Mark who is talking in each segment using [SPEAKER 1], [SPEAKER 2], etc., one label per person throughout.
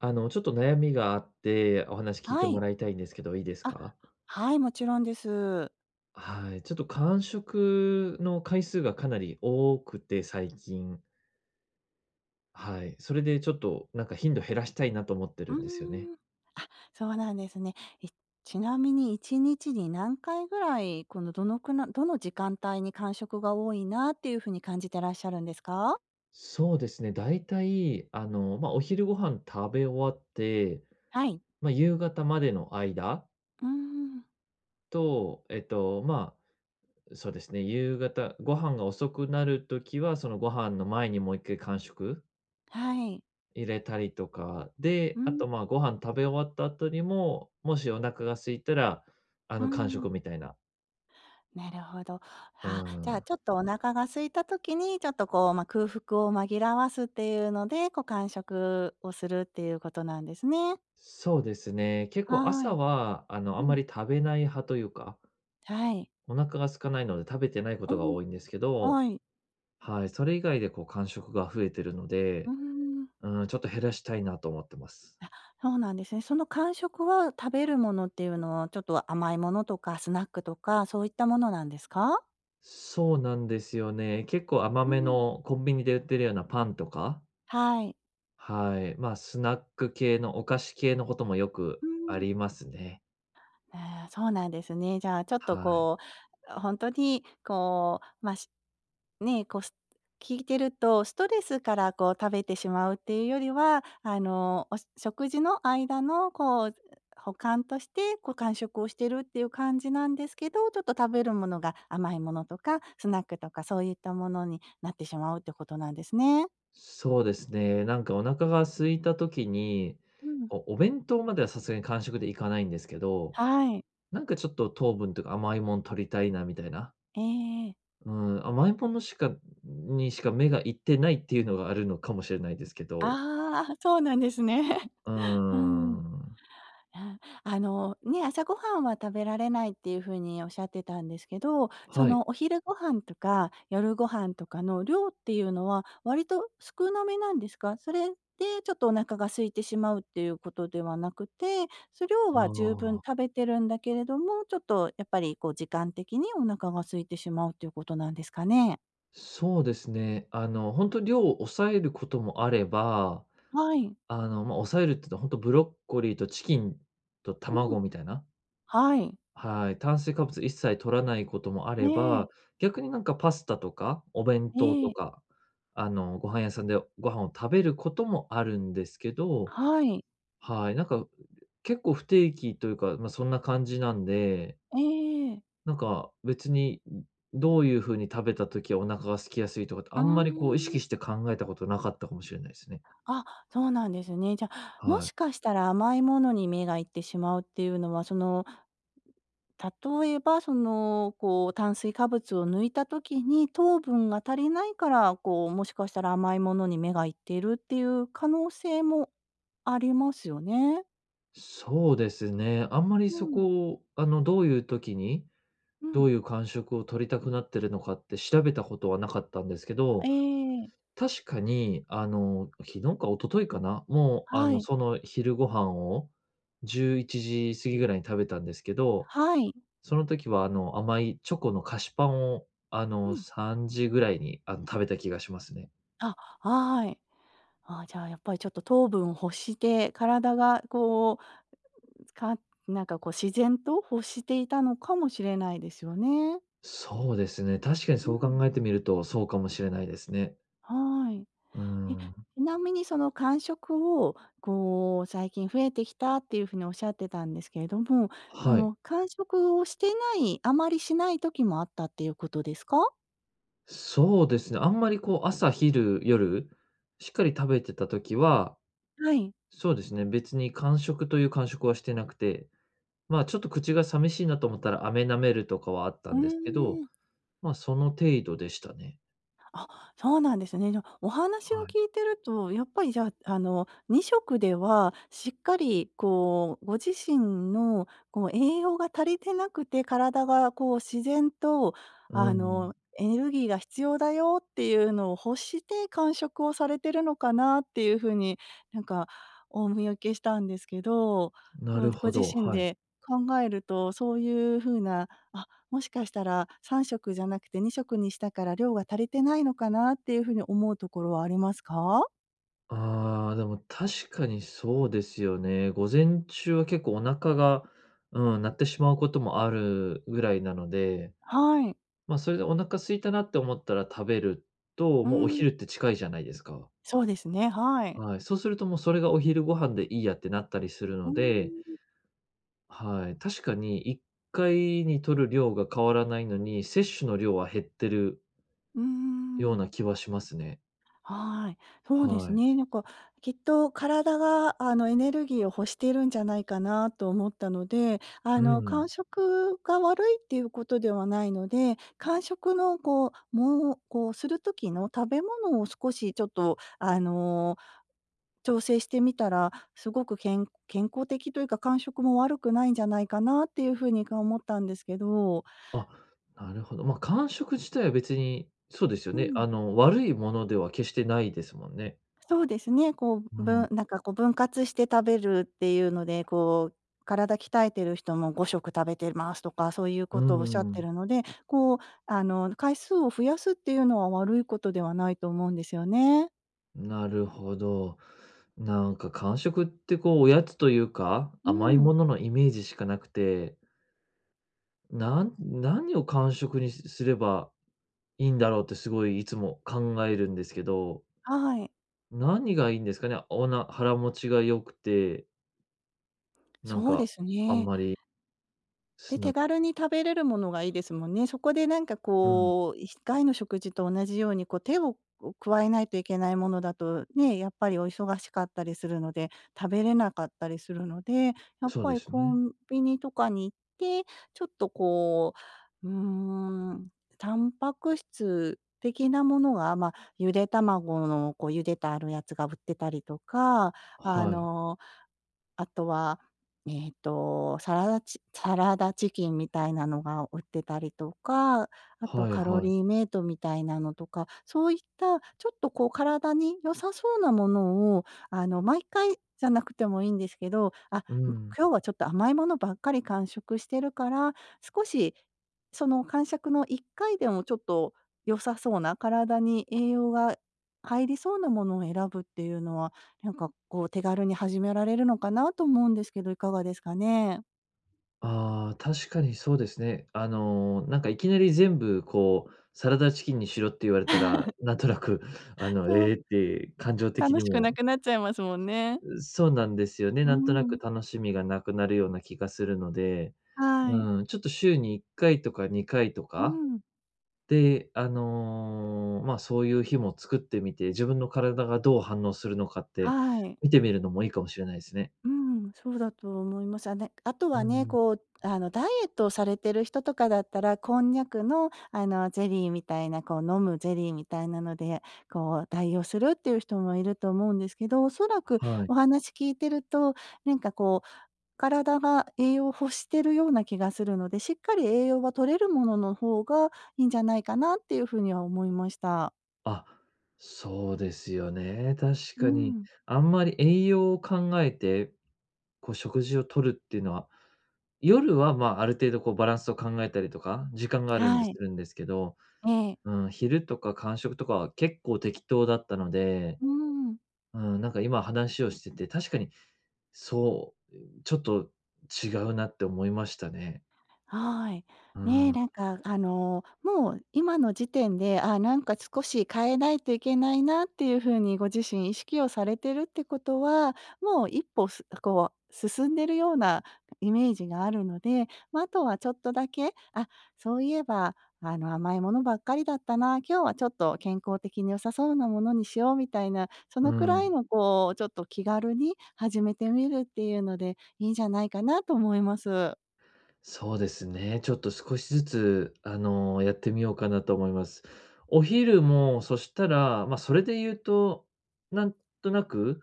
[SPEAKER 1] ちょっと悩みがあって、お話聞いて
[SPEAKER 2] は
[SPEAKER 1] も
[SPEAKER 2] い。
[SPEAKER 1] らいたいんですけど、いいです
[SPEAKER 2] あ、
[SPEAKER 1] か？
[SPEAKER 2] はい、もちろんです。
[SPEAKER 1] はい、ちょっと間食の回数がかなり多くて、最近。はい。それでちょっと、なんか頻度減らしたいなと思って
[SPEAKER 2] う
[SPEAKER 1] るんですよね。
[SPEAKER 2] ーん、そうなんですね。いちなみに1日にちに何回ぐらい、このどのくなどの時間帯に間食が多いなっていう風に感じてらっしゃるんですか？
[SPEAKER 1] そうですね、だいたい、まあ、お昼ご飯食べ終わって、
[SPEAKER 2] はい。
[SPEAKER 1] まあ、夕方までの間
[SPEAKER 2] うーん、
[SPEAKER 1] と、まあ、そうですね、夕方ご飯が遅くなるときは、そのご飯の前にもう一回間食
[SPEAKER 2] はい。
[SPEAKER 1] 入れたりとか、
[SPEAKER 2] う
[SPEAKER 1] で、あ
[SPEAKER 2] ん。
[SPEAKER 1] と、ま、ご飯食べ終わった後にも、もしお腹が空いたら、
[SPEAKER 2] う
[SPEAKER 1] 間
[SPEAKER 2] ん。
[SPEAKER 1] 食みたいな。
[SPEAKER 2] なるほど。
[SPEAKER 1] うー
[SPEAKER 2] じゃあ、
[SPEAKER 1] ん。
[SPEAKER 2] ちょっとお腹が空いた時に、ちょっとこう、ま、空腹を紛らわすっていうので、こう間食をするっていうことなんですね。
[SPEAKER 1] そうですね。結構
[SPEAKER 2] は
[SPEAKER 1] 朝
[SPEAKER 2] い。
[SPEAKER 1] は、あ
[SPEAKER 2] う
[SPEAKER 1] んま
[SPEAKER 2] ん。
[SPEAKER 1] り食べない派というか、
[SPEAKER 2] はい。
[SPEAKER 1] お腹が空かないので食べてないこ
[SPEAKER 2] う
[SPEAKER 1] とが
[SPEAKER 2] ん。
[SPEAKER 1] 多いんですけど、
[SPEAKER 2] はい。
[SPEAKER 1] はい、それ以外でこう間食が増えてるの
[SPEAKER 2] う
[SPEAKER 1] で、
[SPEAKER 2] ーん、
[SPEAKER 1] うん、ちょっと減らしたいなと思ってます。
[SPEAKER 2] そうなんですね。その間食は、食べるものっていうのは、ちょっと甘いものとかスナックとか、そういったものなんですか？
[SPEAKER 1] そうなんですよね。結構甘
[SPEAKER 2] う
[SPEAKER 1] め
[SPEAKER 2] ん。
[SPEAKER 1] のコンビニで売ってるようなパンとか。
[SPEAKER 2] はい。
[SPEAKER 1] はい。まあ、スナック系のお菓子系のこともよく
[SPEAKER 2] う
[SPEAKER 1] あ
[SPEAKER 2] ん。
[SPEAKER 1] りますね。
[SPEAKER 2] あーそうなんですね。じゃあ、ちょっと
[SPEAKER 1] はい。
[SPEAKER 2] こう、本当にこう、ま、しね、こう、す聞いてると、ストレスからこう食べてしまうっていうよりは、あの、お食事の間のこう、補完として、こう間食をしてるっていう感じなんですけど、ちょっと食べるものが甘いものとか、スナックとかそういったものになってしまうってことなんですね。
[SPEAKER 1] そうですね。なんかお腹が空いた時に、
[SPEAKER 2] うん。
[SPEAKER 1] お弁当まではさすがに間食でいかないんですけど、
[SPEAKER 2] はい。
[SPEAKER 1] なんかちょっと糖分とか甘いもん取りたいなみたいな。
[SPEAKER 2] ええ。ええ。
[SPEAKER 1] うん、甘いものにしか目がいってないっていうのがあるのかもしれないですけど。
[SPEAKER 2] ああー、そうなんですね。
[SPEAKER 1] うー
[SPEAKER 2] うん。
[SPEAKER 1] ん。
[SPEAKER 2] あ、あの、ね、朝ごはんは食べられないっていうふうにおっしゃってたんですけど、そ
[SPEAKER 1] はい。
[SPEAKER 2] のお昼ご飯とか夜ご飯とかの量っていうのは割と少なめなんですか？それでちょっとお腹が空いてしまうっていうことではなくて、量
[SPEAKER 1] あ
[SPEAKER 2] は十分
[SPEAKER 1] あ。
[SPEAKER 2] 食べてるんだけれども、ちょっとやっぱりこう時間的にお腹が空いてしまうっていうことなんですかね？
[SPEAKER 1] そうですね。本当量を抑えることもあれば、
[SPEAKER 2] はい。
[SPEAKER 1] ま、抑えるって言うと、ほんとブロッコリーとチキンと
[SPEAKER 2] うん。
[SPEAKER 1] 卵みたいな、
[SPEAKER 2] はい。
[SPEAKER 1] はい、炭水化物一切摂らないこともあ
[SPEAKER 2] え
[SPEAKER 1] れ
[SPEAKER 2] え。
[SPEAKER 1] ば、逆になんかパスタとか、お弁当
[SPEAKER 2] え
[SPEAKER 1] と
[SPEAKER 2] え。
[SPEAKER 1] か、ご飯屋さんでご飯を食べることもあるんですけど、
[SPEAKER 2] はい。
[SPEAKER 1] はい、なんか、結構不定期というか、ま、そんな感じなんで、
[SPEAKER 2] ええ。
[SPEAKER 1] なんか別に、どういう風に食べた時はお腹が空きやすいとかって、
[SPEAKER 2] う
[SPEAKER 1] あんまりこう意
[SPEAKER 2] ー
[SPEAKER 1] 識
[SPEAKER 2] ん。
[SPEAKER 1] して考えたことなかったかもしれないですね。
[SPEAKER 2] あ、そうなんですね。じゃあ、も
[SPEAKER 1] は
[SPEAKER 2] し
[SPEAKER 1] い。
[SPEAKER 2] かしたら甘いものに目がいってしまうっていうのは、例えば、炭水化物を抜いた時に糖分が足りないから、こう、もしかしたら甘いものに目がいっているっていう可能性もありますよね。
[SPEAKER 1] そうですね。あんまりそ
[SPEAKER 2] うん。
[SPEAKER 1] こを、どういう時に、
[SPEAKER 2] う
[SPEAKER 1] ど
[SPEAKER 2] ん。
[SPEAKER 1] ういう感触を取りたくなってるのかって調べたことはなかったんですけ
[SPEAKER 2] え
[SPEAKER 1] ど、
[SPEAKER 2] え。
[SPEAKER 1] 確かに、昨日か一昨日かな、もう、
[SPEAKER 2] はい。
[SPEAKER 1] その昼ご飯を11時過ぎぐらいに食べたんですけど、
[SPEAKER 2] はい。
[SPEAKER 1] その時は、甘いチョコの菓子パンを、
[SPEAKER 2] うん。
[SPEAKER 1] 3時ぐらいに、食べた気がしますね。
[SPEAKER 2] あ、はい。ああ、じゃあ、やっぱりちょっと糖分を欲して、体がこうかなんかこう自然と欲していたのかもしれないですよね。
[SPEAKER 1] そうですね。確かに
[SPEAKER 2] う
[SPEAKER 1] そう
[SPEAKER 2] ん。
[SPEAKER 1] 考えてみると、そうかもしれないですね。
[SPEAKER 2] はい。
[SPEAKER 1] う
[SPEAKER 2] え、
[SPEAKER 1] ん。
[SPEAKER 2] ちなみにその間食をこう最近増えてきたっていうふうにおっしゃってたんですけれども、そ
[SPEAKER 1] はい。
[SPEAKER 2] の間食をしてない、あまりしない時もあったっていうことですか？
[SPEAKER 1] そうですね、あんまりこう朝昼夜、しっかり食べてた時は、
[SPEAKER 2] はい。
[SPEAKER 1] そうですね、別に間食という間食はしてなくて、まあ、ちょっと口が寂しいなと思ったら飴舐めるとかはあった
[SPEAKER 2] う
[SPEAKER 1] んですけ
[SPEAKER 2] ー
[SPEAKER 1] ど、
[SPEAKER 2] ん。
[SPEAKER 1] まあ、その程度でしたね。
[SPEAKER 2] あ、そうなんですね。じゃ、お話を
[SPEAKER 1] はい。
[SPEAKER 2] 聞いてると、やっぱりじゃあ、あの、2食ではしっかりこう、ご自身のこう、栄養が足りてなくて、体がこう自然と、
[SPEAKER 1] う
[SPEAKER 2] あの、
[SPEAKER 1] ん、
[SPEAKER 2] エネルギーが必要だよっていうのを欲して間食をされてるのかなっていうふうに、なんかお見受けしたんですけど、
[SPEAKER 1] な
[SPEAKER 2] こう、
[SPEAKER 1] る
[SPEAKER 2] ご
[SPEAKER 1] ほ
[SPEAKER 2] 自
[SPEAKER 1] ど、
[SPEAKER 2] 身
[SPEAKER 1] はい。
[SPEAKER 2] で考えると、そういうふうな、あ、もしかしたら3食じゃなくて2食にしたから量が足りてないのかなっていうふうに思うところはありますか？
[SPEAKER 1] ああ、でも確かにそうですよね。午前中は結構お腹が、うん、鳴ってしまうこともあるぐらいなので、
[SPEAKER 2] はい。
[SPEAKER 1] まあ、それでお腹空いたなって思ったら食べると、
[SPEAKER 2] う
[SPEAKER 1] もうお
[SPEAKER 2] ん。
[SPEAKER 1] 昼って近いじゃないですか。
[SPEAKER 2] そうですね、はい。
[SPEAKER 1] はい。そうするともうそれがお昼ご飯でいいやってなったりする
[SPEAKER 2] うー
[SPEAKER 1] ので、
[SPEAKER 2] ん。
[SPEAKER 1] はい。確かに1回に摂る量が変わらないのに、摂取の量は減ってる
[SPEAKER 2] うー
[SPEAKER 1] よう
[SPEAKER 2] ん。
[SPEAKER 1] な気はしますね。
[SPEAKER 2] はい。そうです
[SPEAKER 1] はい。
[SPEAKER 2] ね。なんか、きっと体が、あの、エネルギーを欲しているんじゃないかなと思ったので、あ
[SPEAKER 1] う
[SPEAKER 2] の、間
[SPEAKER 1] ん。
[SPEAKER 2] 食が悪いっていうことではないので、間食のこう、もう、こうする時の食べ物を少しちょっと、あの調整してみたら、すごく健康的というか、感触も悪くないんじゃないかなっていう風にか思ったんですけど。
[SPEAKER 1] あ、なるほど。まあ、間食自体は別に、そうですよ
[SPEAKER 2] う
[SPEAKER 1] ね。
[SPEAKER 2] ん、
[SPEAKER 1] 悪いものでは決してないですもんね。
[SPEAKER 2] そうですね、こう、
[SPEAKER 1] う
[SPEAKER 2] ぶん
[SPEAKER 1] ん。
[SPEAKER 2] なんかこう分割して食べるっていうので、こう、体鍛えてる人も5食食べてますとか、そういう
[SPEAKER 1] う
[SPEAKER 2] ことをおっしゃって
[SPEAKER 1] ん。
[SPEAKER 2] るので、こう、あの、回数を増やすっていうのは悪いことではないと思うんですよね。
[SPEAKER 1] なるほど。なんか間食ってこうおやつというか、
[SPEAKER 2] う
[SPEAKER 1] 甘い
[SPEAKER 2] ん、
[SPEAKER 1] もののイメージしかなくて、何を間食にすすればいいんだろうってすごいいつも考えるんですけど、
[SPEAKER 2] はい。
[SPEAKER 1] 何がいいんですかね？腹持ちが良くて、なん
[SPEAKER 2] そうで
[SPEAKER 1] か
[SPEAKER 2] す
[SPEAKER 1] あん
[SPEAKER 2] ね。
[SPEAKER 1] まり
[SPEAKER 2] で、
[SPEAKER 1] す
[SPEAKER 2] 手
[SPEAKER 1] な
[SPEAKER 2] 軽に食べれるものがいいですもんね。そこでなんか
[SPEAKER 1] うん、
[SPEAKER 2] こう、1回の食事と同じようにこう手を加えないといけないものだと、ね、やっぱりお忙しかったりするので、食べれなかったりするので、やっ
[SPEAKER 1] そう
[SPEAKER 2] ぱ
[SPEAKER 1] で
[SPEAKER 2] り
[SPEAKER 1] す
[SPEAKER 2] コ
[SPEAKER 1] ね。
[SPEAKER 2] ンビニとかに行って、ちょっとこう、うーん、タンパク質的なものが、まあ、ゆで卵のこう茹でてあるやつが売ってたりとか、あ
[SPEAKER 1] はい、
[SPEAKER 2] のあとは、えっと、サラダチキンみたいなのが売ってたりとか、あと
[SPEAKER 1] はい
[SPEAKER 2] カロ
[SPEAKER 1] はい。
[SPEAKER 2] リーメイトみたいなのとか、そういったちょっとこう体に良さそうなものを、あの、毎回じゃなくてもいいんですけど、
[SPEAKER 1] うん。
[SPEAKER 2] 今日はちょっと甘いものばっかり間食してるから、少しその間食の1回でもちょっと良さそうな、体に栄養が入りそうなものを選ぶっていうのはなんかこう手軽に始められるのかなと思うんですけど、いかがですかね？
[SPEAKER 1] ああ、確かにそうですね。なんかいきなり全部こう、サラダチキンにしろって言われたら、なんとなく、
[SPEAKER 2] そ
[SPEAKER 1] え
[SPEAKER 2] う、
[SPEAKER 1] えって感情的
[SPEAKER 2] 楽
[SPEAKER 1] に
[SPEAKER 2] しくな
[SPEAKER 1] も、
[SPEAKER 2] くなっちゃいますもんね。
[SPEAKER 1] そうなんですよね。
[SPEAKER 2] う
[SPEAKER 1] なんとなく
[SPEAKER 2] ん。
[SPEAKER 1] 楽しみがなくなるような気がするので、
[SPEAKER 2] はい。
[SPEAKER 1] うん、ちょっと週に1回とか2回と
[SPEAKER 2] う
[SPEAKER 1] か、
[SPEAKER 2] ん。
[SPEAKER 1] で、まあ、そういう日も作ってみて、自分の体がどう反応するのかって
[SPEAKER 2] はい。
[SPEAKER 1] 見てみるのもいいかもしれないですね。
[SPEAKER 2] うん、そうだと思います。あと
[SPEAKER 1] う
[SPEAKER 2] はね、
[SPEAKER 1] ん、
[SPEAKER 2] こう、あの、ダイエットをされてる人とかだったら、こんにゃくの、あの、ゼリーみたいな、こう飲むゼリーみたいなので、こう代用するっていう人もいると思うんですけど、おそらく
[SPEAKER 1] はい。
[SPEAKER 2] お話聞いてると、なんかこう体が栄養を欲してるような気がするので、しっかり栄養は取れるものの方がいいんじゃないかなっていうふうには思いました。
[SPEAKER 1] あ、そうですよね。確
[SPEAKER 2] う
[SPEAKER 1] かに。
[SPEAKER 2] ん。
[SPEAKER 1] あんまり栄養を考えて、こう食事を取るっていうのは、夜は、まあ、ある程度こうバランスを考えたりとか、時間があるんで
[SPEAKER 2] は
[SPEAKER 1] す
[SPEAKER 2] い。
[SPEAKER 1] るんですけど、
[SPEAKER 2] ええ。
[SPEAKER 1] うん、昼とか間食とかは結構適当だったので、
[SPEAKER 2] うん。
[SPEAKER 1] うん、なんか今話をしてて、確かにそう、ちょっと違うなって思いましたね。
[SPEAKER 2] はい。
[SPEAKER 1] う
[SPEAKER 2] ねえ、
[SPEAKER 1] ん、
[SPEAKER 2] なんかあの、もう今の時点で、なんか少し変えないといけないなっていう風にご自身意識をされてるってことは、もう一歩こう進んでるようなイメージがあるので、ま、あとはちょっとだけ、あ、そういえば、あの、甘いものばっかりだったな、今日はちょっと健康的に良さそうなものにしようみたいな、そ
[SPEAKER 1] う
[SPEAKER 2] のくらい
[SPEAKER 1] ん。
[SPEAKER 2] のこう、ちょっと気軽に始めてみるっていうので、いいんじゃないかなと思います。
[SPEAKER 1] そうですね。ちょっと少しずつ、やってみようかなと思います。お昼も、そしたら、まあ、それで言うと、なんとなく、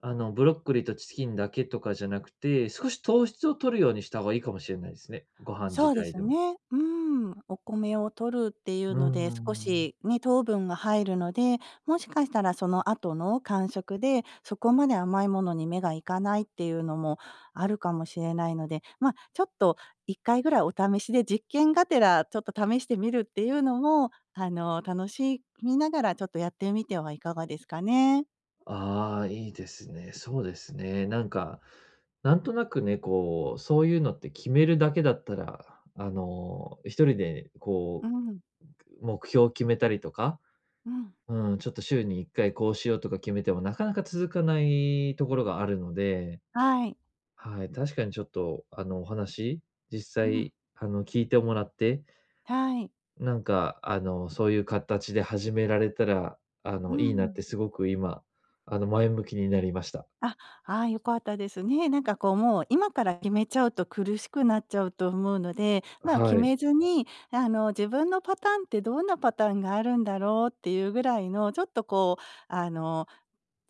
[SPEAKER 1] ブロッコリーとチキンだけとかじゃなくて、少し糖質を摂るようにした方がいいかもしれないですね。ご飯自
[SPEAKER 2] そうで
[SPEAKER 1] 体
[SPEAKER 2] す
[SPEAKER 1] でも。
[SPEAKER 2] ね。うん。お米を取るっていう
[SPEAKER 1] うー
[SPEAKER 2] ので、少
[SPEAKER 1] ん。
[SPEAKER 2] しね、糖分が入るので、もしかしたらその後の間食で、そこまで甘いものに目がいかないっていうのもあるかもしれないので、まあ、ちょっと1回ぐらいお試しで実験がてらちょっと試してみるっていうのも、あの、楽しみながらちょっとやってみてはいかがですかね。
[SPEAKER 1] ああ、いいですね。そうですね。なんか、なんとなくね、こう、そういうのって決めるだけだったら、一人で
[SPEAKER 2] う
[SPEAKER 1] こう、
[SPEAKER 2] ん。
[SPEAKER 1] 目標を決めたりとか、
[SPEAKER 2] うん。
[SPEAKER 1] うん、ちょっと週に1回こうしようとか決めても、なかなか続かないところがあるので、
[SPEAKER 2] はい。
[SPEAKER 1] はい、確かにちょっと、お話、実
[SPEAKER 2] うん。
[SPEAKER 1] 際、聞いてもらって、
[SPEAKER 2] はい。
[SPEAKER 1] なんか、そういう形で始められたら、
[SPEAKER 2] う
[SPEAKER 1] いいなっ
[SPEAKER 2] ん。
[SPEAKER 1] てすごく今、前向きになりました。
[SPEAKER 2] あ、ああ、良かったですね。なんかこう、もう今から決めちゃうと苦しくなっちゃうと思うので、ま、
[SPEAKER 1] は
[SPEAKER 2] 決
[SPEAKER 1] い。
[SPEAKER 2] めずに、あの、自分のパターンってどんなパターンがあるんだろうっていうぐらいの、ちょっとこう、あの、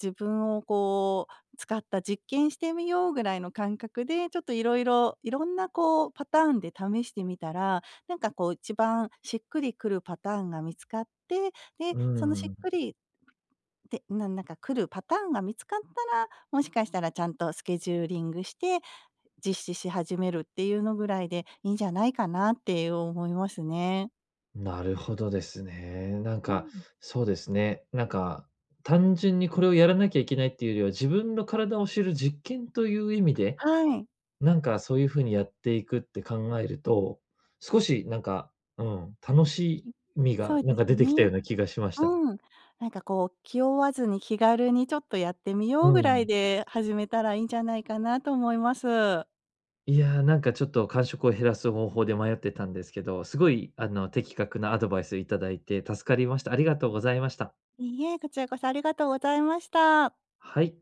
[SPEAKER 2] 自分をこう、使った実験してみようぐらいの感覚で、ちょっといろんなこうパターンで試してみたら、なんかこう一番しっくりくるパターンが見つかって、で、
[SPEAKER 1] う
[SPEAKER 2] そのしっ
[SPEAKER 1] ん、
[SPEAKER 2] くりで、ななんか来るパターンが見つかったら、もしかしたらちゃんとスケジューリングして、実施し始めるっていうのぐらいでいいんじゃないかなって思いますね。
[SPEAKER 1] なるほどですね。なん
[SPEAKER 2] う
[SPEAKER 1] か、
[SPEAKER 2] ん。
[SPEAKER 1] そうですね。なんか、単純にこれをやらなきゃいけないっていうよりは、自分の体を知る実験という意味で、
[SPEAKER 2] はい。
[SPEAKER 1] なんか、そういう風にやっていくって考えると、少しなんか、うん、楽し
[SPEAKER 2] き
[SPEAKER 1] み
[SPEAKER 2] そ
[SPEAKER 1] が
[SPEAKER 2] う
[SPEAKER 1] な
[SPEAKER 2] で
[SPEAKER 1] ん
[SPEAKER 2] す
[SPEAKER 1] か出てきた
[SPEAKER 2] ね。
[SPEAKER 1] ような気がしました。
[SPEAKER 2] うん。なんかこう、気負わずに気軽にちょっとやってみ
[SPEAKER 1] う
[SPEAKER 2] ようぐらい
[SPEAKER 1] ん。
[SPEAKER 2] で始めたらいいんじゃないかなと思います。
[SPEAKER 1] いや、なんかちょっと間食を減らす方法で迷ってたんですけど、すごい的確なアドバイスいただいて助かりました。ありがとうございました。
[SPEAKER 2] いいえ、こちらこそありがとうございました。
[SPEAKER 1] はい。